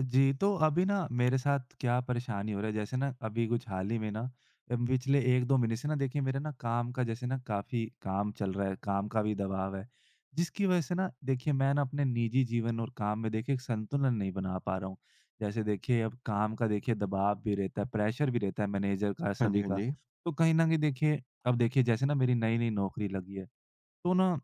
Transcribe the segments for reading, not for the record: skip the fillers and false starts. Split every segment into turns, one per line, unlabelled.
जी, तो अभी ना मेरे साथ क्या परेशानी हो रहा है जैसे ना अभी कुछ हाल ही में ना पिछले 1-2 महीने से ना देखिए मेरा ना काम का जैसे ना काफ़ी काम चल रहा है, काम का भी दबाव है। जिसकी वज़ह से ना देखिए मैं ना अपने निजी जीवन और काम में देखिए एक संतुलन नहीं बना पा रहा हूँ। जैसे देखिए अब काम का देखिए दबाव भी रहता है, प्रेशर भी रहता है मैनेजर का,
हाँ जी,
सभी
हाँ
का।
जी।
तो कहीं न कहीं देखिए अब देखिए जैसे ना मेरी नई-नई नौकरी लगी है। तो ना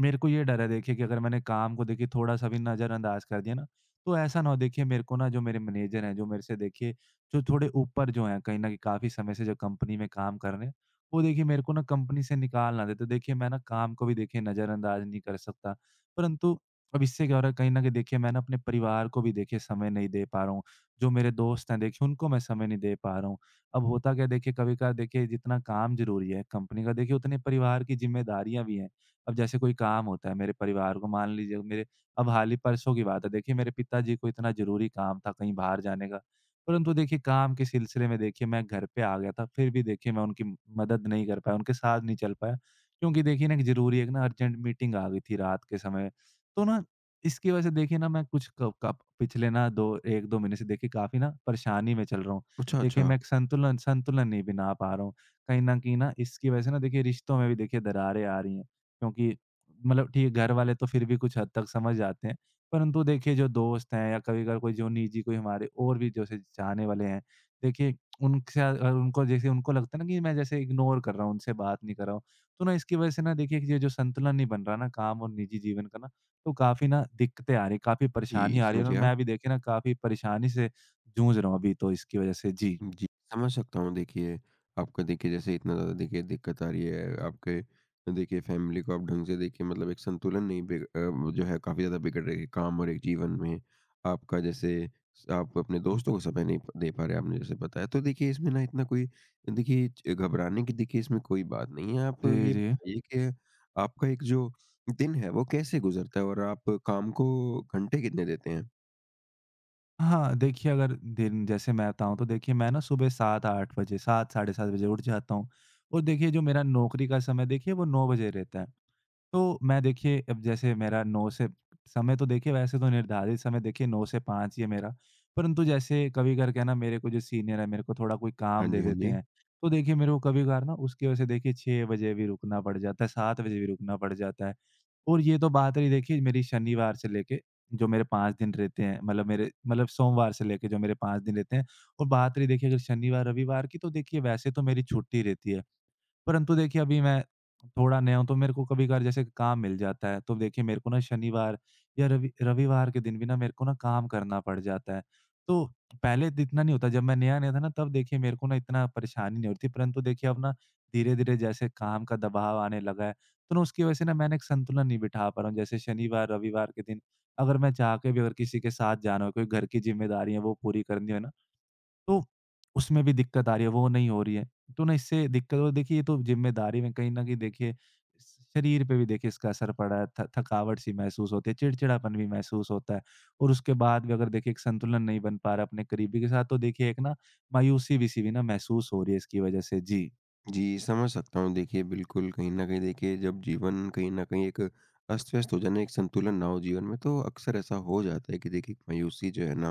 मेरे को ये डर है देखिए कि अगर मैंने काम को देखिए थोड़ा-सा भी नज़रअंदाज कर दिया ना, तो ऐसा ना हो देखिए मेरे को ना जो मेरे मैनेजर हैं, जो मेरे से देखिए जो थोड़े ऊपर जो हैं कहीं न कहीं काफ़ी समय से जो कंपनी में काम कर रहे हैं, वो देखिए मेरे को ना कंपनी से निकाल ना दें। तो देखिए मैं ना काम को भी देखिए नज़रअंदाज नहीं कर सकता। परंतु अब इससे क्या हो रहा है कहीं न कहीं देखिए मैं ना अपने परिवार को भी देखिए समय नहीं दे पा रहा हूँ। जो मेरे दोस्त हैं देखिए उनको मैं समय नहीं दे पा रहा हूँ। अब होता क्या है देखिए कभी-कभार देखिए जितना काम ज़रूरी है कंपनी का देखिए उतने परिवार की ज़िम्मेदारियाँ भी हैं। अब जैसे कोई काम होता है मेरे परिवार को मान लीजिए मेरे अब हाल ही परसों की बात है देखिए मेरे पिताजी को इतना ज़रूरी काम था कहीं बाहर जाने का। परंतु देखिए काम के सिलसिले में देखिए मैं घर पे आ गया था, फिर भी देखिए मैं उनकी मदद नहीं कर पाया, उनके साथ नहीं चल पाया। क्योंकि देखिए ना एक ज़रूरी एक ना अर्जेंट मीटिंग आ गई थी रात के समय। तो ना इसकी वज़ह से देखिए ना मैं कुछ क कप पिछले ना 2 1-2 महीने से देखिए काफ़ी ना परेशानी में चल रहा हूँ।
अच्छा,
देखिए
अच्छा।
मैं एक संतुलन संतुलन नहीं बना पा रहा हूँ। कहीं न कहीं ना इसकी वज़ह से ना देखिए रिश्तों में भी देखिए दरारें आ रही हैं। क्योंकि मतलब ठीक है घर वाले तो फिर भी कुछ हद तक समझ जाते हैं। परंतु देखिए जो दोस्त हैं या कभी-कभार कोई जो निजी कोई हमारे और भी जैसे चाहने वाले हैं, देखिए उनसे उनको जैसे उनको लगता है ना कि मैं जैसे इग्नोर कर रहा हूँ, उनसे बात नहीं कर रहा हूँ। तो ना इसकी वज़ह से ना देखिए ये जो संतुलन नहीं बन रहा ना काम और निजी जीवन का ना, तो काफ़ी ना दिक्कतें आ रही हैं, काफ़ी परेशानी
जी,
आ रही है
समझ
और
गया।
मैं अभी देखिए ना काफ़ी परेशानी से जूझ रहा हूँ अभी तो इसकी वज़ह से। जी।
जी, समझ सकता हूँ। देखिए, आपका देखिए जैसे इतना ज़्यादा देखिए दिक्कत आ रही है, आपके देखिए फैमिली को आप ढंग से देखिए मतलब एक संतुलन नहीं वो जो है काफ़ी ज़्यादा बिगड़ रही है काम और एक जीवन में। आपका जैसे स आप अपने दोस्तों को समय नहीं प दे पा रहे, आपने जैसे बताया। तो देखिए, इसमें ना इतना कोई देखिए च घबराने की देखिए इसमें कोई बात नहीं है। आप
जी,
ये
जी।
बताइए कि आपका एक जो दिन है, वो कैसे गुज़रता है और आप काम को घंटे कितने देते हैं?
हाँ, देखिए अगर दिन जैसे मैं बताऊँ तो देखिए मैं ना सुबह 7-8 बजे 7 साढ़े 7 बजे उठ जाता हूँ और देखिए जो मेरा नौकरी का समय देखिए वो 9 बजे रहता है। तो मैं देखिए अब जैसे मेरा 9 से समय तो देखिए वैसे तो निर्धारित समय देखिए 9 से 5 ही है मेरा। परंतु जैसे कभी करके ना मेरे को जो सीनियर है मेरे को थोड़ा कोई
हाँ
काम दे
जी, हाँ
देते
जी।
हैं। तो देखिए मेरे को कभी-कभार ना उसकी वजह से देखिए 6 बजे भी रुकना पड़ जाता है, 7 बजे भी रुकना पड़ जाता है। और ये तो बात रही देखिए मेरी शनिवार से लेके जो मेरे 5 दिन रहते हैं, मतलब मेरे मतलब सोमवार से लेके जो मेरे 5 दिन रहते हैं और बात रही देखिए अगर शनिवार-रविवार की तो देखिए वैसे तो मेरी छुट्टी रहती है। परंतु देखिए अभी मैं थोड़ा नया हूँ, तो मेरे को कभी-कभार जैसे काम मिल जाता है, तो देखिए मेरे को ना शनिवार या रविवार के दिन भी ना मेरे को ना काम करना पड़ जाता है। तो पहले इत इतना नहीं होता, जब मैं नया-नया था ना तब देखिए मेरे को ना इतना परेशानी नहीं होती, परंतु देखिए अब ना धीरे-धीरे जैसे काम का दबाव आने लगा है, तो ना उसकी वजह से ना मैंने एक संतुलन नहीं बिठा पा रहा हूँ। जैसे शनिवार, रविवार के दिन अगर मैं चाह के भी अगर किसी के साथ जाना हो, कोई घर की ज़िम्मेदारियाँ वो पूरी करनी हो ना तो उसमें भी दिक्कत आ रही है, वो नहीं हो रही है। तो ना इससे दिक्कत और देखिए ये तो ज़िम्मेदारी में कहीं न कहीं देखिए स शरीर पे भी देखिए इसका असर पड़ा है, थ थकावट सी महसूस होती है, चिड़चिड़ापन भी महसूस होता है और उसके बाद भी अगर देखिए एक संतुलन नहीं बन पा रहा अपने करीबी के साथ, तो देखिए एक ना मायूसी भी सी भी ना महसूस हो रही है इसकी वज़ह से। जी।
जी, समझ सकता हूँ। देखिए, बिल्कुल कहीं न कहीं देखिए जब जीवन कहीं न कहीं एक अस्त-व्यस्त हो जाए ना, एक संतुलन ना हो जीवन में तो अक्सर ऐसा हो जाता है कि देखिए एक मायूसी जो है ना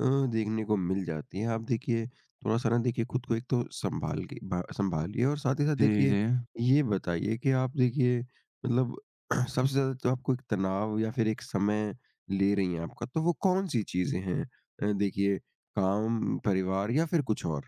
अ, देखने को मिल जाती है। आप देखिए थोड़ा-सा ना देखिए खुद को एक तो सँभाल के भा सँभालिए और साथ ही साथ
जी,
देखिए
जी।
ये बताइए कि आप देखिए मतलब सबसे ज़्यादा तो आपको एक तनाव या फिर एक समय ले रही हैं आपका, तो वो कौन-सी चीज़ें हैं? देखिए काम, परिवार या फिर कुछ और?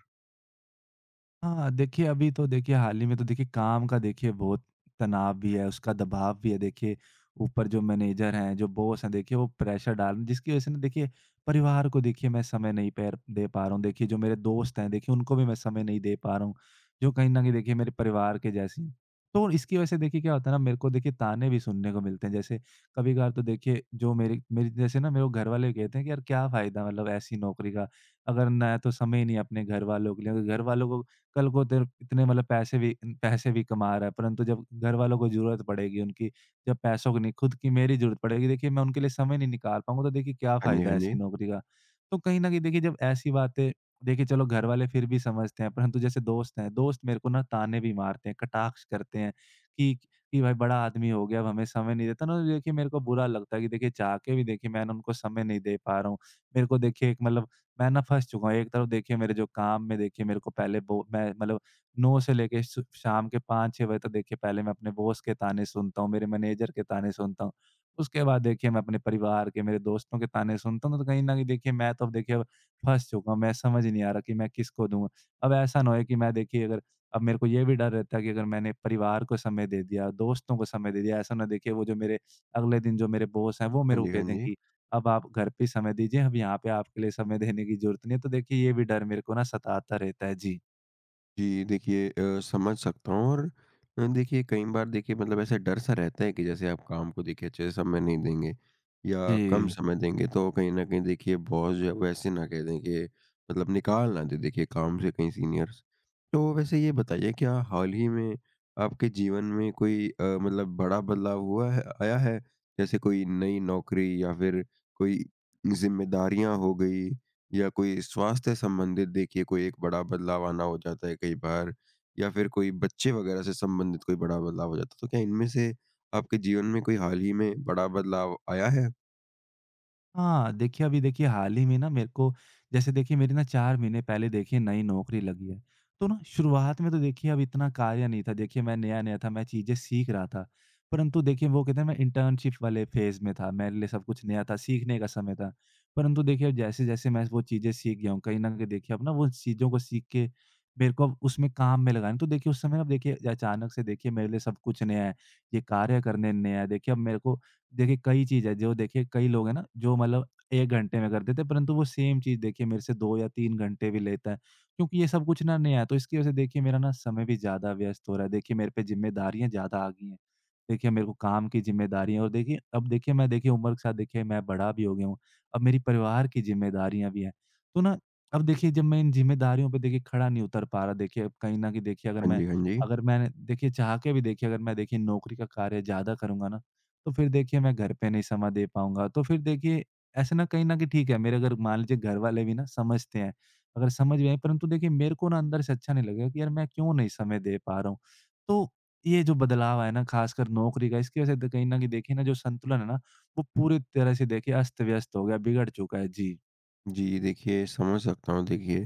हाँ, देखिए अभी तो देखिए हाल ही में तो देखिए काम का देखिए बहुत तनाव भी है, उसका दबाव भी है देखिए, ऊपर जो मैनेजर हैं, जो बॉस हैं देखिए वो प्रेशर डाल रहे हैं जिसकी वज़ह से ना देखिए परिवार को देखिए मैं समय नहीं पैर दे पा रहा हूँ। देखिए जो मेरे दोस्त हैं देखिए उनको भी मैं समय नहीं दे पा रहा हूँ, जो कहीं न कहीं देखिए मेरे परिवार के जैसे हैं। तो इसकी वज़ह से देखिए क्या होता है ना मेरे को देखिए ताने भी सुनने को मिलते हैं जैसे कभी-कभार तो देखिए जो मेरे मेरी जैसे ना मेरे को घरवाले कहते हैं कि यार क्या फ़ायदा मतलब ऐसी नौकरी का, अगर ना तो समय ही नहीं है अपने घरवालों के लिए, अगर घरवालों को कल को तेरे इतने मतलब पैसे भी कमा रहा है, परंतु जब घरवालों को ज़रूरत पड़ेगी उनकी, जब पैसों की नहीं खुद की मेरी ज़रूरत पड़ेगी, देखिए मैं उनके लिए समय नहीं निकाल पाऊँगा, तो देखिए क्या
हाँ जी,
फ़ायदा
हाँ
है
जी।
ऐसी नौकरी का। तो कहीं न कहीं देखिए जब ऐसी बातें देखिए चलो घरवाले फिर भी समझते हैं, परंतु जैसे दोस्त हैं, दोस्त मेरे को ना ताने भी मारते हैं, कटाक्ष करते हैं कि कि भाई बड़ा आदमी हो गया, अब हमें समय नहीं देता ना देखिए मेरे को बुरा लगता है कि देखिए चाह के भी देखिए मैं ना उनको समय नहीं दे पा रहा हूँ। मेरे को देखिए एक मतलब मैं ना फँस चुका हूँ। एक तरफ देखिए मेरे जो काम में देखिए मेरे को पहले बो मैं मतलब 9 से लेके श शाम के 5-6 बजे तक देखिए पहले मैं अपने बॉस के ताने सुनता हूँ, मेरे मैनेजर के ताने सुनता हूँ। उसके बाद देखिए मैं अपने परिवार के, मेरे दोस्तों के ताने सुनता हूँ, तो कहीं न कहीं देखिए मैं तो अब देखिए अब फँस चुका हूँ। मैं समझ नहीं आ रहा कि मैं किसको दूँ? अब ऐसा ना होए कि मैं देखिए अगर अब मेरे को ये भी डर रहता है कि अगर मैंने परिवार को समय दे दिया, दोस्तों को समय दे दिया, ऐसा ना देखिए वो जो मेरे अगले दिन जो मेरे बॉस हैं, वो मेरे
हाँ
को
जी,
कह
हाँ
दें
जी।
कि अब आप घर पे ही समय दीजिए, हम यहाँ पे आपके लिए समय देने की ज़रूरत नहीं है। तो देखिए ये भी डर मेरे को ना सताता रहता है। जी।
जी, देखिए समझ सकता हूँ और देखिए कई बार देखिए मतलब ऐसा डर सा रहता है कि जैसे आप काम को देखिए अच्छे से समय नहीं देंगे या कम
जी।
समय देंगे तो कहीं न कहीं देखिए बॉस जो है वो ऐसे ना कह दें कि मतलब निकाल ना दें देखिए काम से कहीं सीनियर्स। तो वैसे ये बताइए, क्या हाल ही में आपके जीवन में कोई मतलब बड़ा बदलाव हुआ है, आया है? जैसे कोई नई नौकरी या फिर कोई ज़िम्मेदारियाँ हो गई? या कोई स्वास्थ्य संबंधित देखिए कोई एक बड़ा बदलाव आना हो जाता है कई बार, या फिर कोई बच्चे वगैरह से संबंधित कोई बड़ा बदलाव हो जाता है, तो क्या इनमें से आपके जीवन में कोई हाल ही में बड़ा बदलाव आया है?
हाँ, देखिए अभी देखिए हाल ही में ना मेरे को जैसे देखिए मेरी ना 4 महीने पहले देखिए नई नौकरी लगी है। तो ना शुरुआत में तो देखिए अब इतना कार्य नहीं था, देखिए मैं नया-नया था, मैं चीज़ें सीख रहा था। परंतु देखिए वो कहते हैं मैं इंटर्नशिप वाले फ़ेज़ में था, मेरे लिए सब कुछ नया था, सीखने का समय था। परंतु देखिए अब जैसे-जैसे मैं वो चीज़ें सीख गया हूँ, कहीं न कहीं देखिए अब ना वो चीज़ों को सीख के मेरे को अब उसमें काम में लगाना है। तो देखिए उस समय अब देखिए अचानक से देखिए मेरे लिए सब कुछ नया है, ये कार्य करने नया है। देखिए अब मेरे को देखिए, कई चीज़ है जो देखिए कई लोग हैं ना जो मतलब 1 घंटे में कर देते हैं, परंतु वो सेम चीज़ देखिए मेरे से 2 या 3 घंटे भी लेता है। क्योंकि ये सब कुछ ना नया है, तो इसकी वज़ह से देखिए मेरा ना समय भी ज़्यादा व्यस्त हो रहा है। देखिए मेरे पे ज़िम्मेदारियाँ ज़्यादा आ गई हैं। देखिए मेरे को काम की ज़िम्मेदारियाँ और देखिए अब देखिए मैं देखिए उम्र के साथ देखिए मैं बड़ा भी हो गया हूँ। अब मेरी परिवार की ज़िम्मेदारियाँ भी हैं। तो ना अब देखिए जब मैं इन ज़िम्मेदारियों पे देखिए खड़ा नहीं उतर पा रहा देखिए अब कहीं न कहीं देखिए अगर
हाँ
मैं
जी, हाँ जी।
अगर मैंने देखिए चाह के भी देखिए अगर मैं देखिए नौकरी का कार्य ज़्यादा करूँगा ना तो फिर देखिए मैं घर पे नहीं समय दे पाऊँगा। तो फिर देखिए ऐसे ना कहीं न कहीं ठीक है मेरे अगर मान लीजिए घर वाले भी ना समझते हैं, अगर समझ भी आए परंतु देखिए मेरे को ना अंदर से अच्छा नहीं लगेगा कि यार मैं क्यों नहीं समय दे पा रहा हूँ। तो ये जो बदलाव आया ना ख़ासकर नौकरी का इसकी वज़ह से कहीं न कहीं देखिए ना जो संतुलन है ना, वो पूरी तरह से देखिए अस्त-व्यस्त हो गया, बिगड़ चुका है। जी।
जी, देखिए समझ सकता हूँ देखिए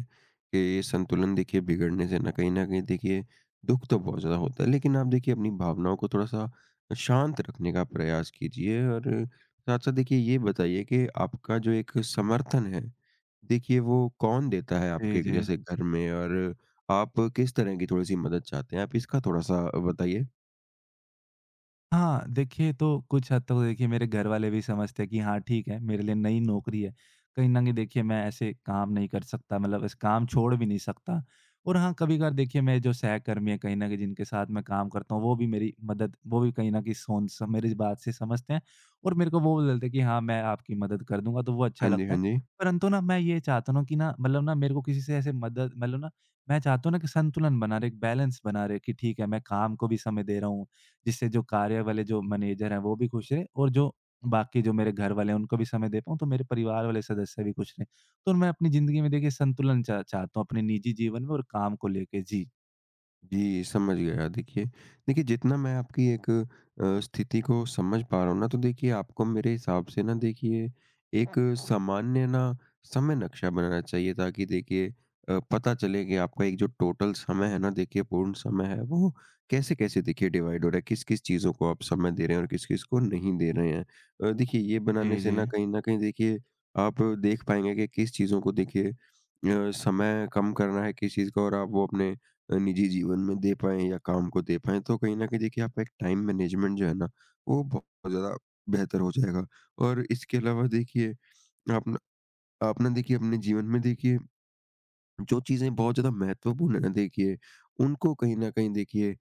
कि ये संतुलन देखिए बिगड़ने से ना कहीं न कहीं देखिए दुःख तो बहुत ज़्यादा होता है। लेकिन आप देखिए अपनी भावनाओं को थोड़ा-सा शांत रखने का प्रयास कीजिए, और साथ-साथ देखिए ये बताइए कि आपका जो एक समर्थन है, देखिए वो कौन देता है
जी,
आपके
जी।
जैसे घर में, और आप किस तरह की थोड़ी-सी मदद चाहते हैं? आप इसका थोड़ा-सा बताइए।
हाँ, देखिए तो कुछ हद तक तो देखिए मेरे घर वाले भी समझते हैं कि हाँ, ठीक है, मेरे लिए नई नौकरी है। कहीं न कहीं देखिए मैं ऐसे काम नहीं कर सकता मतलब ऐसे काम छोड़ भी नहीं सकता। और हाँ, कभी-कभार देखिए मेरे जो सहकर्मी हैं कहीं न कहीं जिनके साथ मैं काम करता हूँ, वो भी कहीं न कहीं सोन स मेरी इस बात से समझते हैं और मेरे को वो बोलते हैं कि हाँ, मैं आपकी मदद कर दूँगा, तो वो अच्छा
हाँ जी,
लगता
हाँ
है।
जी।
परंतु ना मैं ये चाहता हूँ ना कि ना मतलब ना मेरे को किसी से ऐसे मदद मतलब ना मैं चाहता हूँ ना कि संतुलन बना रहे, एक बैलेंस बना रहे कि ठीक है, मैं काम को भी समय दे रहा हूँ जिससे जो कार्य वाले जो मैनेजर हैं, वो भी खुश रहे और जो बाकी जो मेरे घर वाले हैं, उनको भी समय दे पाऊँ, तो मेरे परिवार वाले सदस्य भी खुश रहें। तो मैं अपनी ज़िंदगी में देखिए संतुलन चा चाहता हूँ अपने निजी जीवन में और काम को लेके। जी।
जी, समझ गया। देखिए देखिए, जितना मैं आपकी एक स्थिति को समझ पा रहा हूँ ना, तो देखिए आपको मेरे हिसाब से ना देखिए एक सामान्य ना समय नक्शा बनाना चाहिए, ताकि देखिए पता चले कि आपका एक जो टोटल समय है ना देखिए पूर्ण समय है, वो कैसे-कैसे देखिए डिवाइड हो रहा है, किस-किस चीज़ों को आप समय दे रहे हैं और किस-किस को नहीं दे रहे हैं। देखिए ये बनाने
जी,
से
जी।
ना कहीं न कहीं देखिए आप देख पाएँगे कि किस चीज़ों को देखिए समय कम करना है, किस चीज़ का, और आप वो अपने निजी जीवन में दे पाएँ या काम को दे पाएँ, तो कहीं न कहीं देखिए आपका एक टाइम मैनेजमेंट जो है ना, वो बहुत ज़्यादा बेहतर हो जाएगा। और इसके अलावा देखिए आप ना आप ना देखिए अपने जीवन में देखिए जो चीज़ें बहुत ज़्यादा महत्वपूर्ण है ना देखिए, उनको कहीं न कहीं देखिए अ,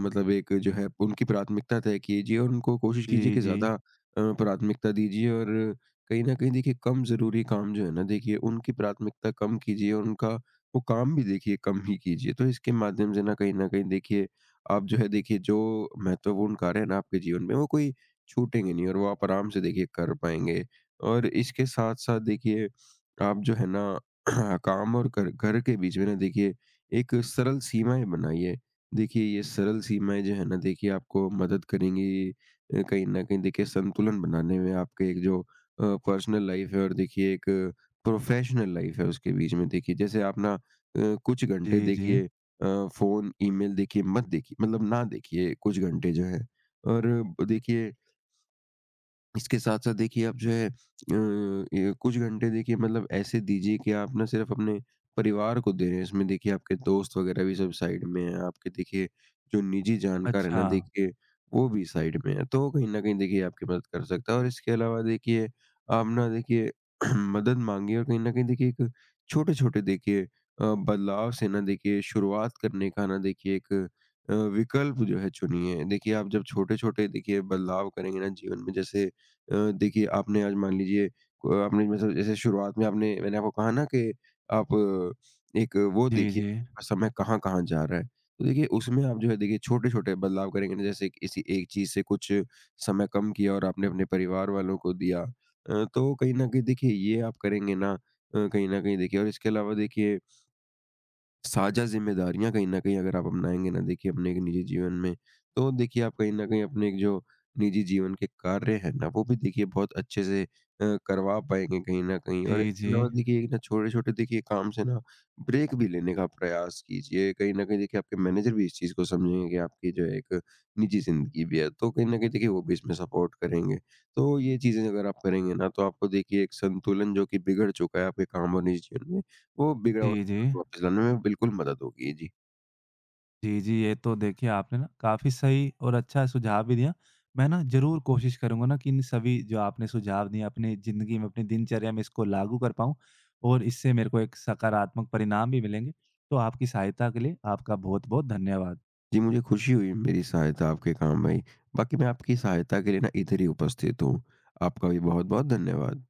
मतलब एक जो है उनकी प्राथमिकता तय कीजिए, और उनको कोशिश कीजिए
जी,
कि
जी।
ज़्यादा प्राथमिकता दीजिए, और कहीं न कहीं देखिए कम ज़रूरी काम जो है ना देखिए उनकी प्राथमिकता कम कीजिए और उनका वो काम भी देखिए कम ही कीजिए। तो इसके माध्यम से ना कहीं न कहीं देखिए आप जो है देखिए जो महत्वपूर्ण कार्य है ना आपके जीवन में, वो कोई छूटेंगे नहीं और वो आप आराम से देखिए कर पाएँगे। और इसके साथ-साथ देखिए आप जो है ना हाँ, काम और घर घर के बीच में ना देखिए एक सरल सीमाएँ बनाइए। देखिए ये सरल सीमाएँ जो है ना देखिए आपको मदद करेंगी कहीं न कहीं देखिए संतुलन बनाने में आपके एक जो पर्सनल लाइफ़ है और देखिए एक प्रोफ़ेशनल लाइफ़ है उसके बीच में, देखिए जैसे आप ना कुछ घंटे
जी, जी।
देखिए फ़ोन, ईमेल देखिए मत देखिए मतलब ना देखिए कुछ घंटे जो है। और देखिए इसके साथ-साथ देखिए आप जो है ये कुछ घंटे देखिए मतलब ऐसे दीजिए कि आप ना सिर्फ़ अपने परिवार को दे रहे हैं, इसमें देखिए आपके दोस्त वगैरह भी सब साइड में हैं, आपके देखिए जो निजी जानकार है
अच्छा।
ना देखिए, वो भी साइड में है, तो वो कहीं न कहीं देखिए आपकी मदद कर सकता है। और इसके अलावा देखिए आप ना देखिए मदद माँगिए, और कहीं न कहीं देखिए एक छोटे-छोटे देखिए बदलाव से ना देखिए शुरुआत करने का ना देखिए एक विकल्प जो है चुनिए। देखिए आप जब छोटे-छोटे देखिए बदलाव करेंगे ना जीवन में, जैसे देखिए आपने आज मान लीजिए, आपने मतलब जैसे शुरुआत में आपने मैंने आपको कहा ना कि आप एक वो
जी,
देखिए
जी।
आपका समय कहाँ-कहाँ जा रहा है। तो देखिए उसमें आप जो है देखिए छोटे-छोटे बदलाव करेंगे ना, जैसे किसी एक चीज़ से कुछ समय कम किया और आपने अपने परिवार वालों को दिया। तो कहीं न कहीं देखिए ये आप करेंगे ना कहीं न कहीं देखिए, और इसके अलावा देखिए साझा ज़िम्मेदारियाँ कहीं न कहीं अगर आप अपनाएँगे ना देखिए अपने एक निजी जीवन में, तो देखिए आप कहीं न कहीं अपने एक जो निजी जीवन के कार्य हैं ना, वो भी देखिए बहुत अच्छे से करवा पाएँगे कहीं न कहीं। और
जी,
इसके
जी।
अलावा देखिए एक ना छोटे-छोटे देखिए काम से ना ब्रेक भी लेने का प्रयास कीजिए। कहीं न कहीं देखिए आपके मैनेजर भी इस चीज़ को समझेंगे कि आपकी जो है एक निजी ज़िंदगी भी है, तो कहीं न कहीं देखिए वो भी इसमें सपोर्ट करेंगे। तो ये चीज़ें अगर आप करेंगे ना, तो आपको देखिए एक संतुलन जो कि बिगड़ चुका है आपके काम और निजी जीवन में, वो बिगड़ा
जी, जी।
वापस लाने में बिल्कुल मदद होगी। जी।
जी, जी। ये तो देखिए आपने ना काफ़ी सही और अच्छा सुझाव भी दिया। मैं ना ज़रूर कोशिश करूँगा ना कि इन सभी जो आपने सुझाव दिए अपनी ज़िंदगी में, अपनी दिनचर्या में इसको लागू कर पाऊँ और इससे मेरे को एक सकारात्मक परिणाम भी मिलेंगे। तो आपकी सहायता के लिए आपका बहुत-बहुत धन्यवाद।
जी, मुझे खुशी हुई मेरी सहायता आपके काम आई। बाकी मैं आपकी सहायता के लिए ना इधर ही उपस्थित हूँ। आपका भी बहुत-बहुत धन्यवाद।